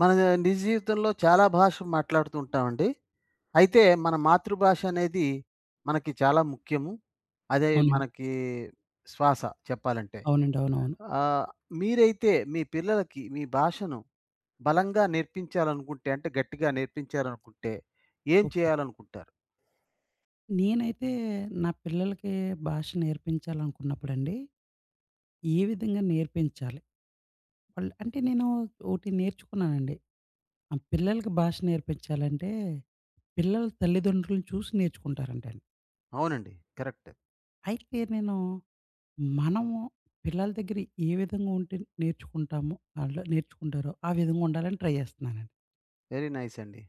మన నిజ జీవితంలో చాలా భాషలు మాట్లాడుతూ ఉంటామండి. అయితే మన మాతృభాష అనేది మనకి చాలా ముఖ్యము. అదే అవునండి. మనకి శ్వాస చెప్పాలంటే. అవునండి. అవునవును. ఆహ్, మీరైతే మీ పిల్లలకి మీ భాషను బలంగా నేర్పించాలనుకుంటే అంటే గట్టిగా నేర్పించాలనుకుంటే ఏం ఓకే. చేయాలనుకుంటారు? నేనైతే నా పిల్లలకి భాష నేర్పించాలనుకున్నప్పుడండి, ఏ విధంగా నేర్పించాలి? వాళ్ళు అంటే నేను ఒకటి నేర్చుకున్నానండి. ఆ పిల్లలకి భాష నేర్పించాలంటే, పిల్లల తల్లిదండ్రులను చూసి నేర్చుకుంటారంటండి. అవునండి. కరెక్ట్. అయితే మనము పిల్లల దగ్గర ఏ విధంగా ఉంటే నేర్చుకుంటామో, ఆళ్ళు నేర్చుకుంటారో ఆ విధంగా ఉండాలని ట్రై చేస్తున్నానండి. వెరీ నైస్ అండి.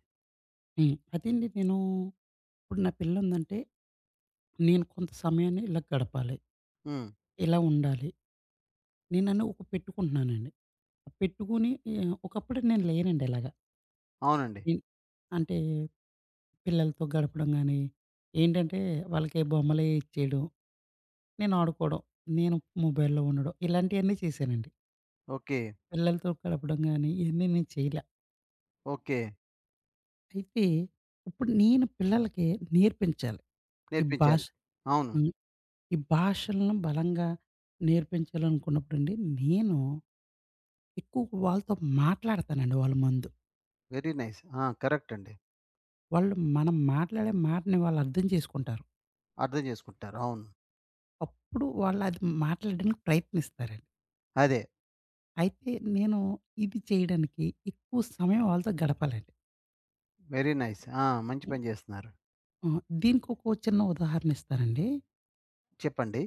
అదేండి నేను ఇప్పుడు నా పిల్ల ఉందంటే, నేను కొంత సమయాన్ని ఇలా గడపాలి, హ్మ్. ఇలా ఉండాలి. నేను నన్ను ఒక పెట్టుకుంటున్నానండి. పెట్టుకొని ఒకప్పుడు నేను లేనండి ఇలాగ. అవునండి. నేను అంటే పిల్లలతో గడపడం గాని, ఏంటంటే వాళ్ళకి బొమ్మలే ఇచ్చేయడం, నేను ఆడుకోవడం, నేను మొబైల్‌లో ఉండడం ఇలాంటియన్నీ చేశానండి. ఓకే. పిల్లలతో గడపడం గాని ఇయన్నీ నేను చేయలే. ఓకే. అయితే ఇప్పుడు నేను పిల్లలకి నేర్పించాలి. ఈ భాష నేర్పించాలి. అవును. హ్మ్. ఈ భాషలను బలంగా నేర్పించాలనుకున్నప్పుడండి నేను ఎక్కువ వాళ్ళతో మాట్లాడతానండి వాళ్ళ ముందు. Very nice. ఆ! కరెక్ట్ అండి. మనం మాట్లాడే మాటని వాళ్ళు అర్థం చేసుకుంటారు. అర్థం చేసుకుంటారు. అవును. అప్పుడు వాళ్ళు అది మాట్లాడడానికి ప్రయత్నిస్తారండి. అదే. అయితే నేను ఇది చేయడానికి ఎక్కువ సమయం వాళ్ళతో గడపాలండి. Very nice. ఆ! మంచి హ్మ్. పని జేస్తున్నారు. దీనికొక చిన్న ఉదాహరణ ఇస్తానండి. చెప్పండి.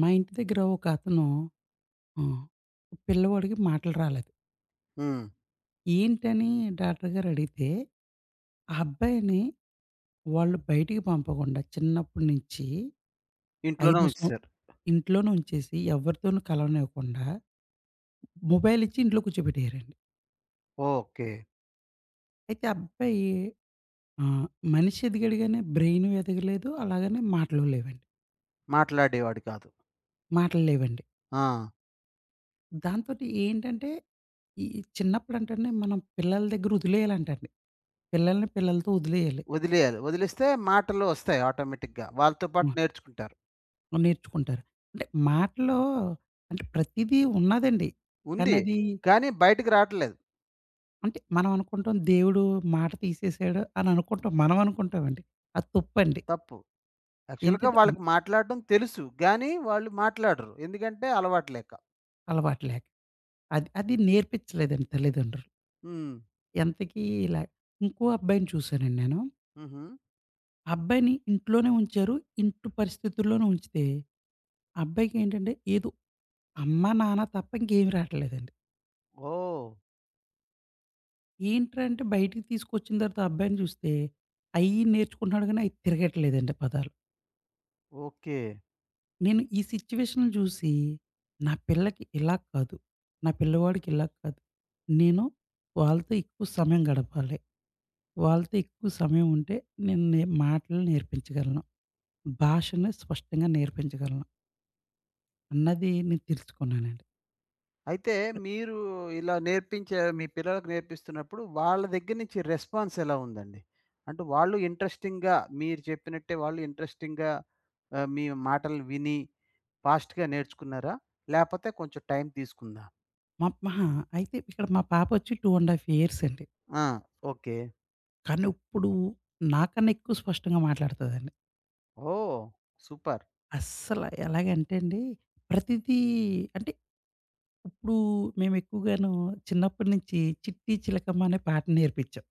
మా ఇంటి దగ్గర ఒకతను ఆహ్, పిల్లవాడికి మాటలు రాలేదు. హ్మ్. ఏంటని డాక్టర్ గారు అడిగితే, ఆ అబ్బాయిని వాళ్ళు బయటికి పంపకుండా చిన్నప్పటి నుంచి ఇంట్లోనే 5 సంవ ఉంచేసారు. ఇంట్లోనే ఉంచేసి ఎవరితోనూ కలవనివ్వకుండా మొబైల్ ఇచ్చి ఇంట్లో కూర్చోబెట్టేయారండి. ఓకే. అయితే ఆ అబ్బాయి ఆహ్, మనిషి ఎదిగాడు గాని బ్రెయిను ఎదగలేదు. అలాగనే మాటలు లేవండి. మాట్లాడేవాడు కాదు. మాటలు లేవండి. ఆ! దాంతోటి ఏంటంటే ఈ చిన్నప్పుడంటేనే మనం పిల్లల దగ్గర వదిలేయాలంటండి. పిల్లల్ని పిల్లలతో వదిలేయాలి. వదిలేయాలి. వదిలేస్తే మాటలు ఒస్తాయి ఆటోమేటిక్‌గా. వాళ్ళతో పాటు హ్మ్. నేర్చుకుంటారు. నేర్చుకుంటారు. అంటే మాటలో అంటే ప్రతీదీ ఉన్నాదండి. కానీ ఉంది. అది కానీ బయటికి రావట్లేదు. అంటే మనం అనుకుంటాం దేవుడు మాట తీసేసాడు అని అనుకుంటాం. మనం అనుకుంటామండి. అది తప్పండి. తప్పు. యాక్చువల్‌గా ఏంటంటే వాళ్ళకి మాట్లాడడం తెలుసు. గానీ వాళ్ళు మాట్లాడరు. ఎందుకంటే అలవాటు లేక. అలవాటు లేక. అది అది నేర్పించలేదండి తల్లిదండ్రులు. హ్మ్. ఎంతకీ ఇలా ఇంకో అబ్బాయిని చూసానండి నేను. హుహు. ఆ అబ్బాయిని ఇంట్లోనే ఉంచారు. ఇంటి పరిస్థితుల్లోనే ఉంచితే, ఆ అబ్బాయికేంటంటే ఏదో అమ్మ, నాన్న తప్ప ఇంకేమి రాట్లేదండి. ఓహ్! ఏంట్రా అంటే బయటికి తీసుకొచ్చిన తర్వాత ఆ అబ్బాయిని చూస్తే, అయ్యి నేర్చుకుంటున్నాడు గానీ, అయి తిరగట్లేదండి పదాలు. ఓకే. నేను ఈ సిచ్యువేషన్‌లు చూసి, నా పిల్లకి ఇలా కాదు, నా పిల్లవాడికి ఇలా కాదు. నేను వాళ్ళతో ఎక్కువ సమయం గడపాలి. వాళ్ళతో ఎక్కువ సమయం ఉంటే నేను నే మాటలు నేర్పించగలను. భాషని స్పష్టంగా నేర్పించగలను అన్నది నేను తెలుసుకున్నానండి. అయితే మీరు ఇలా నేర్పించే మీ పిల్లలకు నేర్పిస్తున్నప్పుడు వాళ్ళ దగ్గర నుంచి రెస్పాన్స్ ఎలా ఉందండి? అంటే వాళ్ళు ఇంట్రెస్టింగ్‌గా మీరు చెప్పినట్టే వాళ్ళు ఇంట్రెస్టింగ్‌గా మీ మాటలు విని ఫాస్ట్‌గా నేర్చుకున్నారా? లేపోతే కొంచెం టైం తీసుకుందా? మా మహా అయితే ఇక్కడ మా పాపొచ్చి 2 ½ ఇయర్స్ అండి. ఆ! ఓకే. కానీ ఇప్పుడు నాకన్నా ఎక్కువ స్పష్టంగా మాట్లాడుతదండి. ఓహ్! సూపర్. అస్సల ఎలాగంటే అండి, ప్రతిదీ అంటే ఇప్పుడు మేము ఎక్కువగాను చిన్నప్పటి నుంచి 'చిట్టి చిలకమ్మ' అనే పాట నేర్పించాం.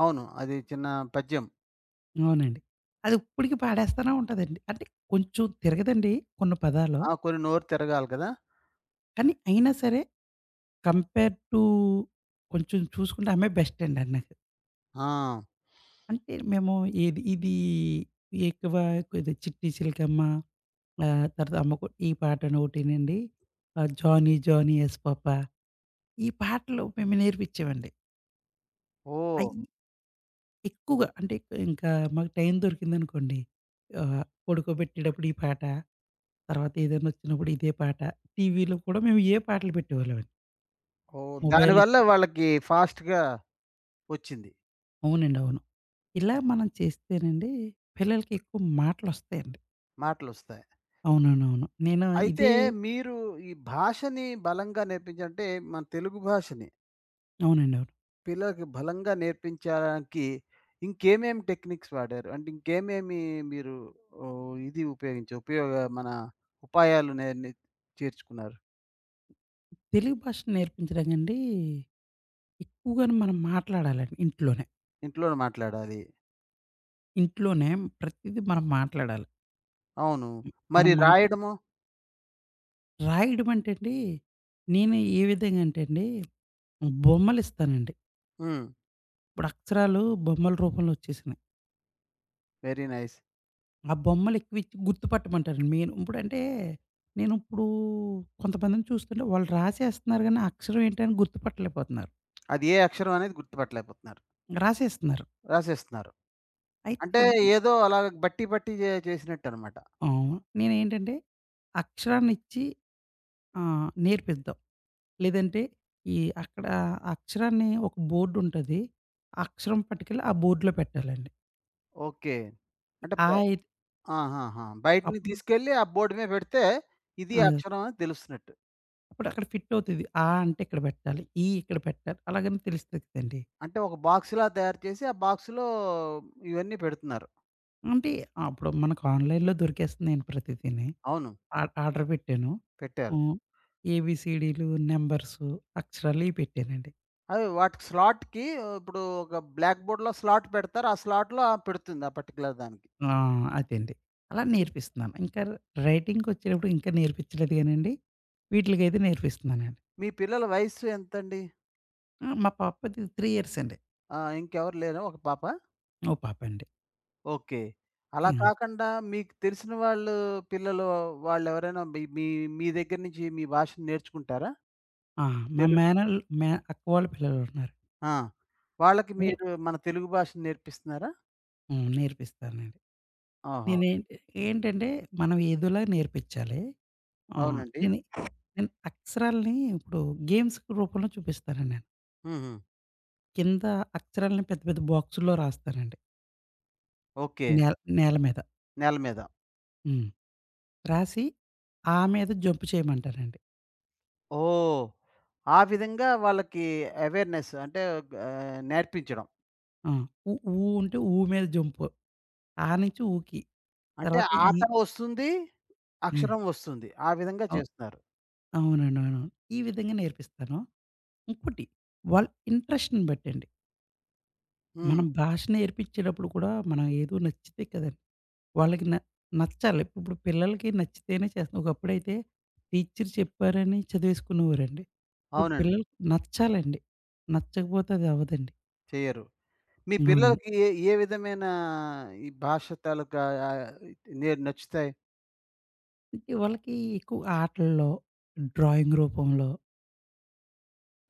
అవును. అది చిన్న పద్యం. అవునండి. అది ఇప్పటికి పాడేస్తానే ఉంటదండి. అంటే కొంచెం తిరగదండి కొన్ని పదాలు. ఆ! కొన్ని నోరు తిరగాలి కదా! కానీ అయినా సరే కంపేర్ టు కొంచెం చూసుకుంటే ఆమె బెస్ట్ అండి అన్ని. ఆ! అంటే మేము ఇది ఇది ఎక్కువ ఇది 'చిట్టి చిలకమ్మ', తర్వాత 'అమ్మకు ఈ పాటను' ఒకటేనండి. 'జానీ జానీ యస్ పాపా' ఈ పాటలు మేము నేర్పించేవండి. ఓహ్! అయి ఎక్కువగా అంటే ఇంకా మాకు టైం దొరికిందనుకోండి, ఆహ్, పడుకోబెట్టేటప్పుడు ఈ పాట, తర్వాత ఏదైనా వచ్చినప్పుడు ఇదే పాట, టీవీలో కూడా మేము ఇయే పాటలు పెట్టేవాళ్ళమండి. ఓహ్! మొబైల్ దానివల్ల ఇచ్చి వాళ్ళకి ఫాస్ట్‌గా వచ్చింది. అవునండి. అవును. ఇలా మనం చేస్తేనండి పిల్లలకి ఎక్కువ మాటలొస్తాయండి. మాటలొస్తాయి. అవునవునవును. నేను అయితే ఇదే మీరు ఈ భాషని బలంగా నేర్పించంటే, మన తెలుగు భాషని అవునండి. అవును. పిల్లలకి బలంగా నేర్పించడానికి ఇంకేమేమి టెక్నిక్స్ వాడారు? అంటే ఇంకేమేమి మీరు ఓహ్, ఇది ఉపయోగించి మన ఉపాయాలు నే నే చేర్చుకున్నారు? తెలుగు భాష నేర్పించడానికండి ఎక్కువగాను మనం మాట్లాడాలండి ఇంట్లోనే. ఇంట్లోనే మాట్లాడాలి. ఇంట్లోనే ప్రతీదీ మనం మాట్లాడాలి. అవును. మరి మనం మాట్లా రాయడము రాయడం అంటే అండి, నేను ఏ విధంగా అంటే అండి, బొమ్మలిస్తానండి. హ్మ్. ఇప్పుడు అక్షరాలు బొమ్మల రూపంలో వచ్చేసినాయి. Very nice. ఆ బొమ్మలు ఎక్కువిచ్చి గుర్తుపట్టమంటానండి మెయిన్. ఇప్పుడంటే నేను ఇప్పుడు కొంతమందిని చూస్తుంటే వాళ్ళు రాసేస్తున్నారు గానీ, ఆ అక్షరం ఏంటని గుర్తుపట్టలేకపోతున్నారు. అది ఏ అక్షరం అనేది గుర్తుపట్టలేకపోతున్నారు. రాసేస్తున్నారు. రాసేస్తున్నారు. అయితే అంటే అండి ఏదో అలాగ బట్టి బట్టి జే చేసినట్టనమాట. అవును. నేనేంటంటే అక్షరాన్నిచ్చి ఆ! నేర్పిద్దాం. లేదంటే ఈ అక్కడ అక్షరాన్ని ఒక బోర్డుంటది. ఆ అక్షరం పట్టుకెళ్ళి ఆ బోర్డ్‌లో పెట్టాలండి. ఓకే. అంటే ప ఆ ఇ ఆహాహా! బయటిని అప్పుడు తీసుకెళ్ళి ఆ బోర్డ్ మీద పెడితే, ఇది ఆ! అక్షరం అని తెలుస్తున్నట్టు. అప్పుడు అక్కడ ఫిట్ అవుతది. ఆ అంటే ఇక్కడ పెట్టాలి. ఈ ఇక్కడ పెట్టాలి. అలాగని తెలుస్తది కదండీ. అంటే ఒక బాక్స్‌లా తయారు చేసి, ఆ బాక్స్‌లో ఇవన్నీ పెడుతున్నారు. అంటే అప్పుడు మనకు ఆన్‌లైన్‌లో దొరికేస్తున్నాయండి ప్రతిదీని. అవును. ఆ ఆర్డర్ పెట్టాను. పెట్టారు. హ్మ్. ఏబీసీడీలు, నంబర్సు, అక్షరాలు ఇయి పెట్టానండి. అవి వాటికి స్లాట్‌కి ఇప్పుడు ఒక బ్లాక్ బోర్డ్‌లో స్లాట్ పెడతారు. ఆ స్లాట్‌లో ఆమె పెడుతుంది ఆ పర్టిక్యులర్ దానికి. ఆ! అదండి. అలా నేర్పిస్తున్నాను. ఇంకా రైటింగ్‌కొచ్చేటప్పుడు ఇంకా నేర్పించలేదు గానండి. వీటిలకైతే నేర్పిస్తున్నానండి. మీ పిల్లల వయస్సు ఎంతండి? ఆ! మా పాపది 3 ఇయర్స్ అండి. ఆ! ఇంకెవరు లేరా? ఒక పాప? ఓ పాపండి. ఓకే. అలా యాహ్! కాకుండా మీకు తెలిసిన వాళ్ళు పిల్లలు వాళ్ళెవరైనా మీ మీ మీ దగ్గర నుంచి మీ భాషను నేర్చుకుంటారా? ఆ! మా తెలు మేనల్ మే అక్క వాళ్ళ పిల్లలున్నారు. ఆ! వాళ్ళకి వీ మీరు మన తెలుగు భాషను నేర్పిస్తున్నారా? నేర్పిస్తానండి. ఆహా! నేనేంటి ఏంటంటే మనం ఏదోలా నేర్పించాలి. ఆ! అవునండి. నేను నేను అక్షరాల్ని ఇప్పుడు గేమ్స్ రూపంలో చూపిస్తానండి నేను. హుహు. కింద అక్షరాల్ని పెద్ద పెద్ద బాక్సుల్లో రాస్తానండి. ఓకే. నేల నేల మీద. నేల మీద. హ్మ్. రాసి ఆ మీద జంప్ చేయమంటారండి. ఓహ్! ఆ విధంగా వాళ్ళకి అవేర్‌నెస్ అంటే నేర్పించడం. ఆ! ఉ ఊ అంటే ఊ మీద జంపు. ఆ నుంచి ఊకి. అంటే తర్వాత ఈ ఆట వస్తుంది, హ్మ్. అక్షరం వస్తుంది. ఆ విధంగా అవు చేస్తున్నారు. అవునండి. అవునవును. ఈ విధంగా నేర్పిస్తాను. ఇంకోటి వాళ్ళ ఇంట్రెస్ట్‌ని బట్టండి. హ్మ్. మనం భాష నేర్పించేటప్పుడు కూడా మనం ఏదో నచ్చితే కదండీ! వాళ్ళకి న నచ్చాలి. ఇప్పుడు పిల్లలకి నచ్చితేనే చేస్తాం. ఒకప్పుడైతే టీచర్ చెప్పారని చదివేసుకునేవారండి. ఇప్పుడు అవునండి. పిల్లలకి నచ్చాలండి. నచ్చకపోతే అది అవ్వదండి. చెయ్యరు. మీ అవును. పిల్లలకి ఏ ఏ విధమైన ఈ భాష తాలూకా ఆహ్, నచ్చుతాయి? ఈ వాళ్ళకి ఎక్కువ ఆటల్లో, డ్రాయింగ్ రూపంలో,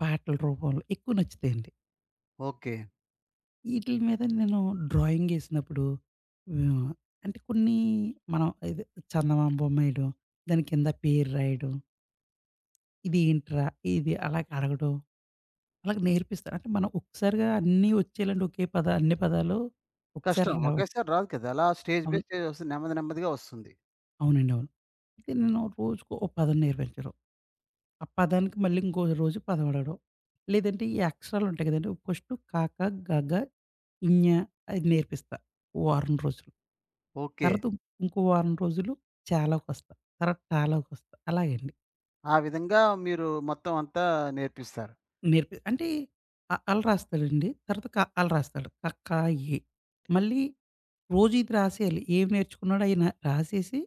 పాటల రూపంలో ఎక్కువ నచ్చుతాయండి. ఓకే. ఈటిల మీద నేను డ్రాయింగేసినప్పుడు ఆహ్, అంటే కొన్ని మనం ఇది చందమామ బొమ్మేయడం, దాని కింద పేరు రాయడం, ఇదేంట్రా? ఇది అలాగ అడగడం, అలాగ నేర్పిస్తారు. అంటే మనం ఒక్కసారిగా అన్నీ వచ్చేయాలంటే ఒకే పద అన్ని పదాలు ఒకసారి కష్టం. రావు. ఒకేసారి రాదు కదా! అలా స్టేజ్ బై అవును. స్టేజ్ వస్తుంది. నెమ్మది నెమ్మదిగా వస్తుంది. అవునండి. అవును. అయితే నేను రోజుకో ఓ పదం నేర్పించడం. ఆ పదానికి మళ్ళీ ఇంకో రోజు పదం అడగడం. లేదంటే ఈ అక్షరాలు ఉంటాయి కదండీ! ఫస్టు కాక, గగ, ఞ అది నేర్పిస్తా వారం రోజులు. ఓకే. తర్వాత ఇం ఇంకో వారం రోజులు చ లోకొస్తా. తర్వాత ట లోకొస్తా. అలాగండి. ఆ విధంగా మీరు మొత్తం అంతా నేర్పిస్తారు. నేర్పి అంటే అ, ఆలు రాస్తాడండి. తర్వాత క, ఆలు రాస్తాడు. క, ఖ, ఎ. మళ్ళీ రోజు ఇది రాసేయాలి. ఏం నేర్చుకున్నాడో అయి న రాసేసి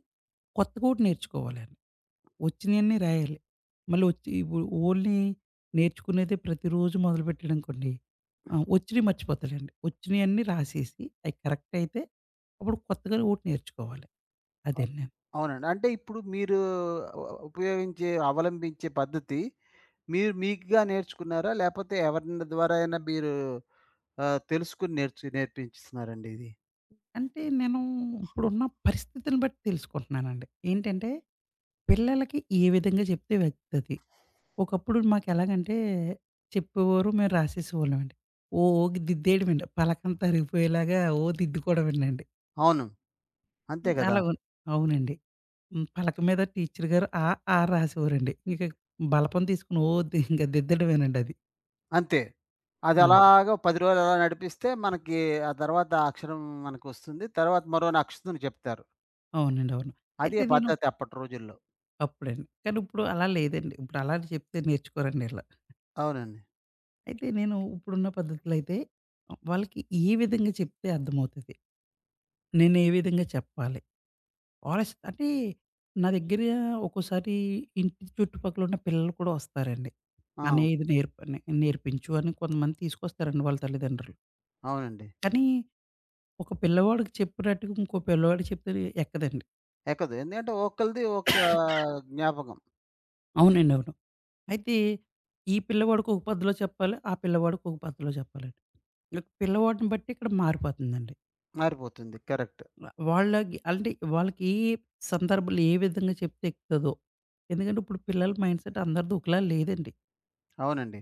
కొత్తగోటి నేర్చుకోవాలండి. వచ్చినయన్నీ రాయాలి. మళ్ళీ వచ్చి ఇప్పుడు ఓన్లీ నేర్చుకునేదే ప్రతిరోజు మొదలుపెట్టాడనుకోండి, వచ్చినయి మర్చిపోతాడండి. వచ్చినయన్నీ రాసేసి అయి కరెక్ట్ అయితే అప్పుడు కొత్తగా ఓటి నేర్చుకోవాలి. అదండి నేను. అవునండి. అంటే ఇప్పుడు మీరు ఉ ఉపయోగించే, అవలంబించే పద్ధతి మీరు మీకుగా నేర్చుకున్నారా? లేపోతే ఎవరిన ద్వారా అయినా మీరు తెలుసుకొని నేర్పించిస్తున్నారండి ఇది? అంటే నేను ఇప్పుడున్న పరిస్థితిని బట్టి తెలుసుకుంటున్నానండి. ఏంటంటే పిల్లలకి ఏ విధంగా చెప్తే వెళ్తది. ఒకప్పుడు మాకెలాగంటే చెప్పేవారు, మేము రాసేసేవాళ్ళమండి. ఓ ఓ దిద్దేయడమండి. పలకంతా అరిగిపోయేలాగా ఓ దిద్దుకోవడమేనండి. అవును. అంతే గదా! అలాగున్ అవునండి. పలక మీద టీచర్ గారు ఆ, ఆ రాసేవారండి. ఇక బలపం తీసుకొని ఓ ది ఇంక దిద్దడమేనండి అది. అంతే. అది హ్మ్. అలాగా 10 రోజులు అలా నడిపిస్తే మనకి ఆ తర్వాత ఆ అక్షరం మనకొస్తుంది. తర్వాత మరో అక్షరం చెప్తారు. అవునండి. అవును. అదే అయితే నేను పద్ధతి అప్పటి రోజుల్లో. అప్పుడండి. కానీ ఇప్పుడు అలా లేదండి. ఇప్పుడు అలా చెప్తే నేర్చుకోరండి ఈళ్ళు. అవునండి. అయితే నేను ఇప్పుడున్న పద్ధతిలో అయితే వాళ్ళకి ఏ విధంగా చెప్తే అర్థమవుతది? నేను ఏ విధంగా చెప్పాలి? ఆలస్ అంటే నా దగ్గర ఒక్కోసారి ఇంటి చుట్టుపక్కల ఉన్న పిల్లలు కూడా వస్తారండి. "అన్నయ్య ఆ! ఇది నేర్పించు" అని కొంతమంది తీసుకొస్తారండి వాళ్ళ తల్లిదండ్రులు. అవునండి. కానీ ఒక పిల్లవాడికి చెప్పినట్టుగా ఇంకో పిల్లవాడికి చెప్తే ఎక్కదండి. ఎక్కదు. ఎందుకంటే ఒక్కళ్ళది ఒక్క జ్ఞాపకం. అవునండి. అవును. అయితే ఈ పిల్లవాడికి ఒక పద్ధతిలో చెప్పాలి. ఆ పిల్లవాడికి ఒక పద్ధతిలో చెప్పాలండి. ఇక పిల్లవాడిని బట్టి ఇక్కడ మారిపోతుందండి. మారిపోతుంది. కరెక్ట్. వాళ్ళకి ఏ సందర్భంలో ఏ విధంగా చెప్తే ఎక్కుతదో. ఎందుకంటే ఇప్పుడు పిల్లల మైండ్‌సెట్ అందరిది ఒకలా లేదండి. అవునండి.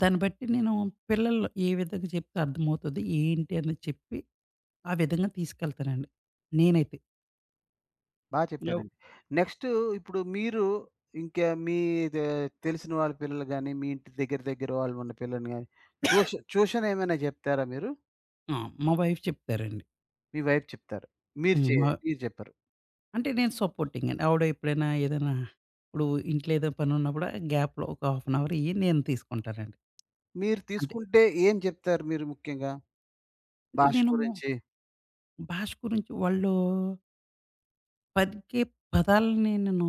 దాన్ని బట్టి నేను పిల్లలు ఏ విధంగా చెప్తే అర్థమవుతది, ఏంటి అని చెప్పి ఆ విధంగా తీసుకెళ్తానండి. నేనైతే. బా హ్మ్. ఇలా- చెప్పారండి. నెక్స్టు ఇప్పుడు మీరు ఇంకా మీ దే తెలిసిన వాళ్ళ పిల్లలు గాని, మీ ఇంటి దగ్గర దగ్గర వాళ్ళు ఉన్న పిల్లల్ని గాని, ట్యూషన్ ట్యూషన్ ఏమైనా చెప్తారా మీరు? ఆ! మా వైఫ్ చెప్తారండి. మీ వైఫ్ చెప్తారు. మీరు హ్మ్. చే మా మీరు చెప్పరు. అంటే నేను సపోర్టింగ్ అండి. ఆవిడ ఎప్పుడైనా ఏదైనా ఇప్పుడు ఇంట్లో ఏదో పనున్నప్పుడు గ్యాప్‌లో ఒక హాఫ్ అన్ అవర్ ఇయ్యి నేను తీసుకుంటానండి. మీరు అంటే, తీసుకుంటే ఏం చెప్తారు మీరు ముఖ్యంగా? అంటే భాష నేను గురించి. భాష గురించి వాళ్ళు పలికే పదాలని నేను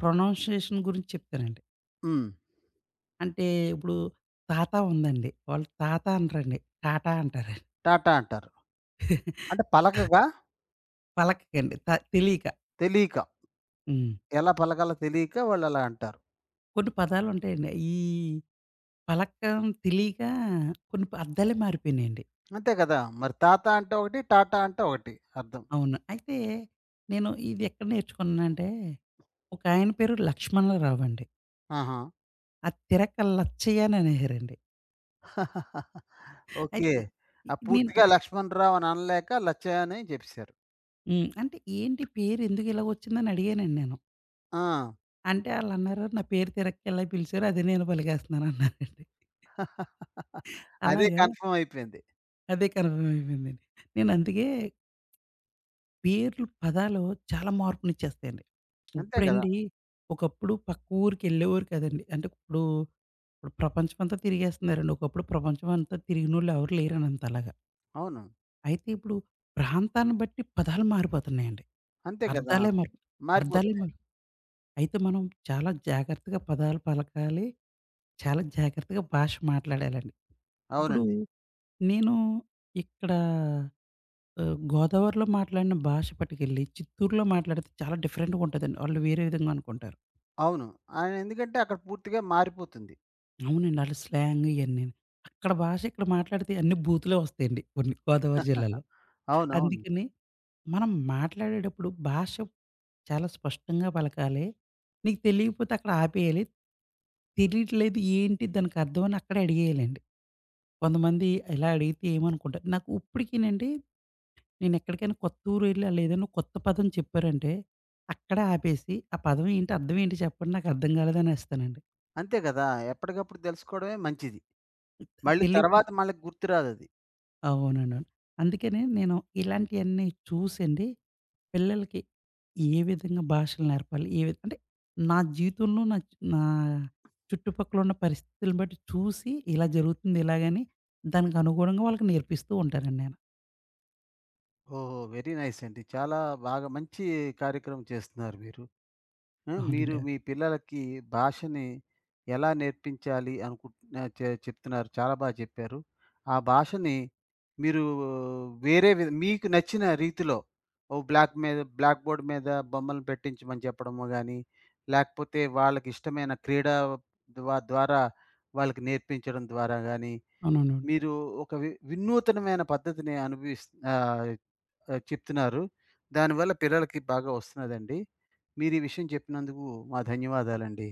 ప్రొనౌన్సియేషన్ గురించి చెప్తానండి. హ్మ్. అంటే ఇప్పుడు తాత ఉందండి. వాళ్ళు తాత అనరండి. టాటా అంటారండి. టాటా అంటారు. అంటే పలకగా? పలకకండి త తెలియక. తెలియక. హ్మ్. ఎలా పలకాలో తెలియక వాళ్ళు అలా అంటారు. కొన్ని పదాలుంటాయండి. ఈ పలకం తెలియక కొన్ని అర్థాలే మారిపోయినాయండి. అంతే కదా! మరి తాత అంటే ఒకటి, టాటా అంటే ఒకటి అర్థం. అవును. అయితే నేను ఇదెక్కడ నేర్చుకున్నానంటే, ఒకాయన పేరు లక్ష్మణరావు అండి. ఆహా! ఆ తిరక్క లచ్చయ్య అని అనేవారండి. ఓకే. అయితే ఇ ఆ! నేను పూర్తిగా 'లక్ష్మణరావు' అని అనలేక 'లచ్చయ్య' అని జెప్పేసారు. అంటే ఏంటి పేరు ఎందుకు ఇలాగ వచ్చిందని అడిగానండి నేను. ఆ! అంటే ఆళ్ళన్నారు, "నా పేరు తిరక్క ఇలా పిలిచారు అదే నేను పలికేస్తున్నాను" అన్నారండి. అదే అలాగా కన్ఫర్మ్ అయిపోయింది. అదే కన్ఫర్మ్ అయిపోయిందండి. నేను అందుకే పేర్లు, పదాలు చాలా మార్పునిచ్చేస్తాయండి. అంతే గదా! ఇప్పుడండి ఒకప్పుడు పక్క ఊరికెళ్ళేవారు కాదండి. అంటే ఇప్పుడు, ఇప్పుడు ప్రపంచమంతా తిరిగేస్తున్నారండి. ఒకప్పుడు ప్రపంచమంతా తిరిగినోళ్ళు ఎవరు లేరండి అంతలాగా. అవును. అయితే ఇప్పుడు ప్రాంతాన్ని బట్టి పదాలు మారిపోతున్నాయండి. అంతే గదా! అర్థాలే మారి అర్థాలే మారిపోతుంది. మారి అయితే మనం చాలా జాగ్రత్తగా పదాలు పలకాలి. చాలా జాగ్రత్తగా భాష మాట్లాడాలండి. ఇప్పుడు అవునండి. నేను ఇక్కడ గోదావరిలో మాట్లాడిన భాష పట్టుకెళ్ళి చిత్తూరులో మాట్లాడితే చాలా డిఫరెంట్‌గా ఉంటదండి. వాళ్ళు వేరే విధంగా అనుకుంటారు. అవును. ఆయన ఎందుకంటే అక్కడ పూర్తిగా మారిపోతుంది. అవునండి. ఆళ్ళ స్లాంగ్ ఇయన్నీని. అక్కడ భాష ఇక్కడ మాట్లాడితే అన్ని బూతులే వస్తాయండి కొన్ని గోదావరి జిల్లాలో. అవునవును. అందుకని మనం మాట్లాడేటప్పుడు భాష చాలా స్పష్టంగా పలకాలి. నీకు తెలియకపోతే అక్కడ ఆపేయాలి. తెలియట్లేదు ఏంటి దానికి అర్థం అని అక్కడే అడిగేయాలండి. కొంతమంది ఇలా అడిగితే ఏమనుకుంటారు నాకు ఇప్పటికీనండి నేనెక్కడికైనా కొత్త ఊరు వెళ్ళి ఆళ్ళేదైనా కొత్త పదం చెప్పారంటే, అక్కడే ఆపేసి, ఆ పదం ఏంటి? అర్థం ఏంటి చెప్పండి? నాకర్థం కాలేదనేస్తానండి. అంతే గదా! ఎప్పటికప్పుడు దెలుసుకోవడమే మంచిది. మళ్ళీ తెలియకుం తర్వాత మనకి గుర్తురాదది. అవునండి. అవును. అందుకనే నేను ఇలాంటియన్నీ చూసండి, పిల్లలకి ఏ విధంగా భాషలు నేర్పాలి? ఏ విధ అంటే నా జీవితంలో నా నా చుట్టుపక్కల ఉన్న పరిస్థితులను బట్టి చూసి, ఇలా జరుగుతుంది ఇలాగని, దానికి అనుగుణంగా వాళ్ళకి నేర్పిస్తూ ఉంటానండి నేను. ఓహో! వెరీ నైస్ అండి. చాలా బాగా మంచి కార్యక్రమం చేస్తున్నారు మీరు. ఆ! మీరు అవునండి. మీ పిల్లలకి భాషని ఎలా నేర్పించాలి అనుకుంట్ చెప్తున్నారు. చాలా చెప్పారు. ఆ భాషని మీరు వేరే వి మీకు నచ్చిన రీతిలో ఓ బ్లాక్ మీద బ్లాక్ బోర్డ్ మీద బొమ్మలను పెట్టించమని చెప్పడము గాని, లేకపోతే వాళ్ళకిష్టమైన క్రీడ ద్వారా వాళ్ళకి నేర్పించడం ద్వారా గాని, అవునవును. మీరు ఒక వినూతనమైన పద్ధతిని అనుభవిస్ ఆహ్ ఆహ్, చెప్తున్నారు. దానివల్ల పిల్లలకి బాగా వస్తున్నదండి. మీరు ఈ విషయం చెప్పినందుకు మా ధన్యవాదాలండి.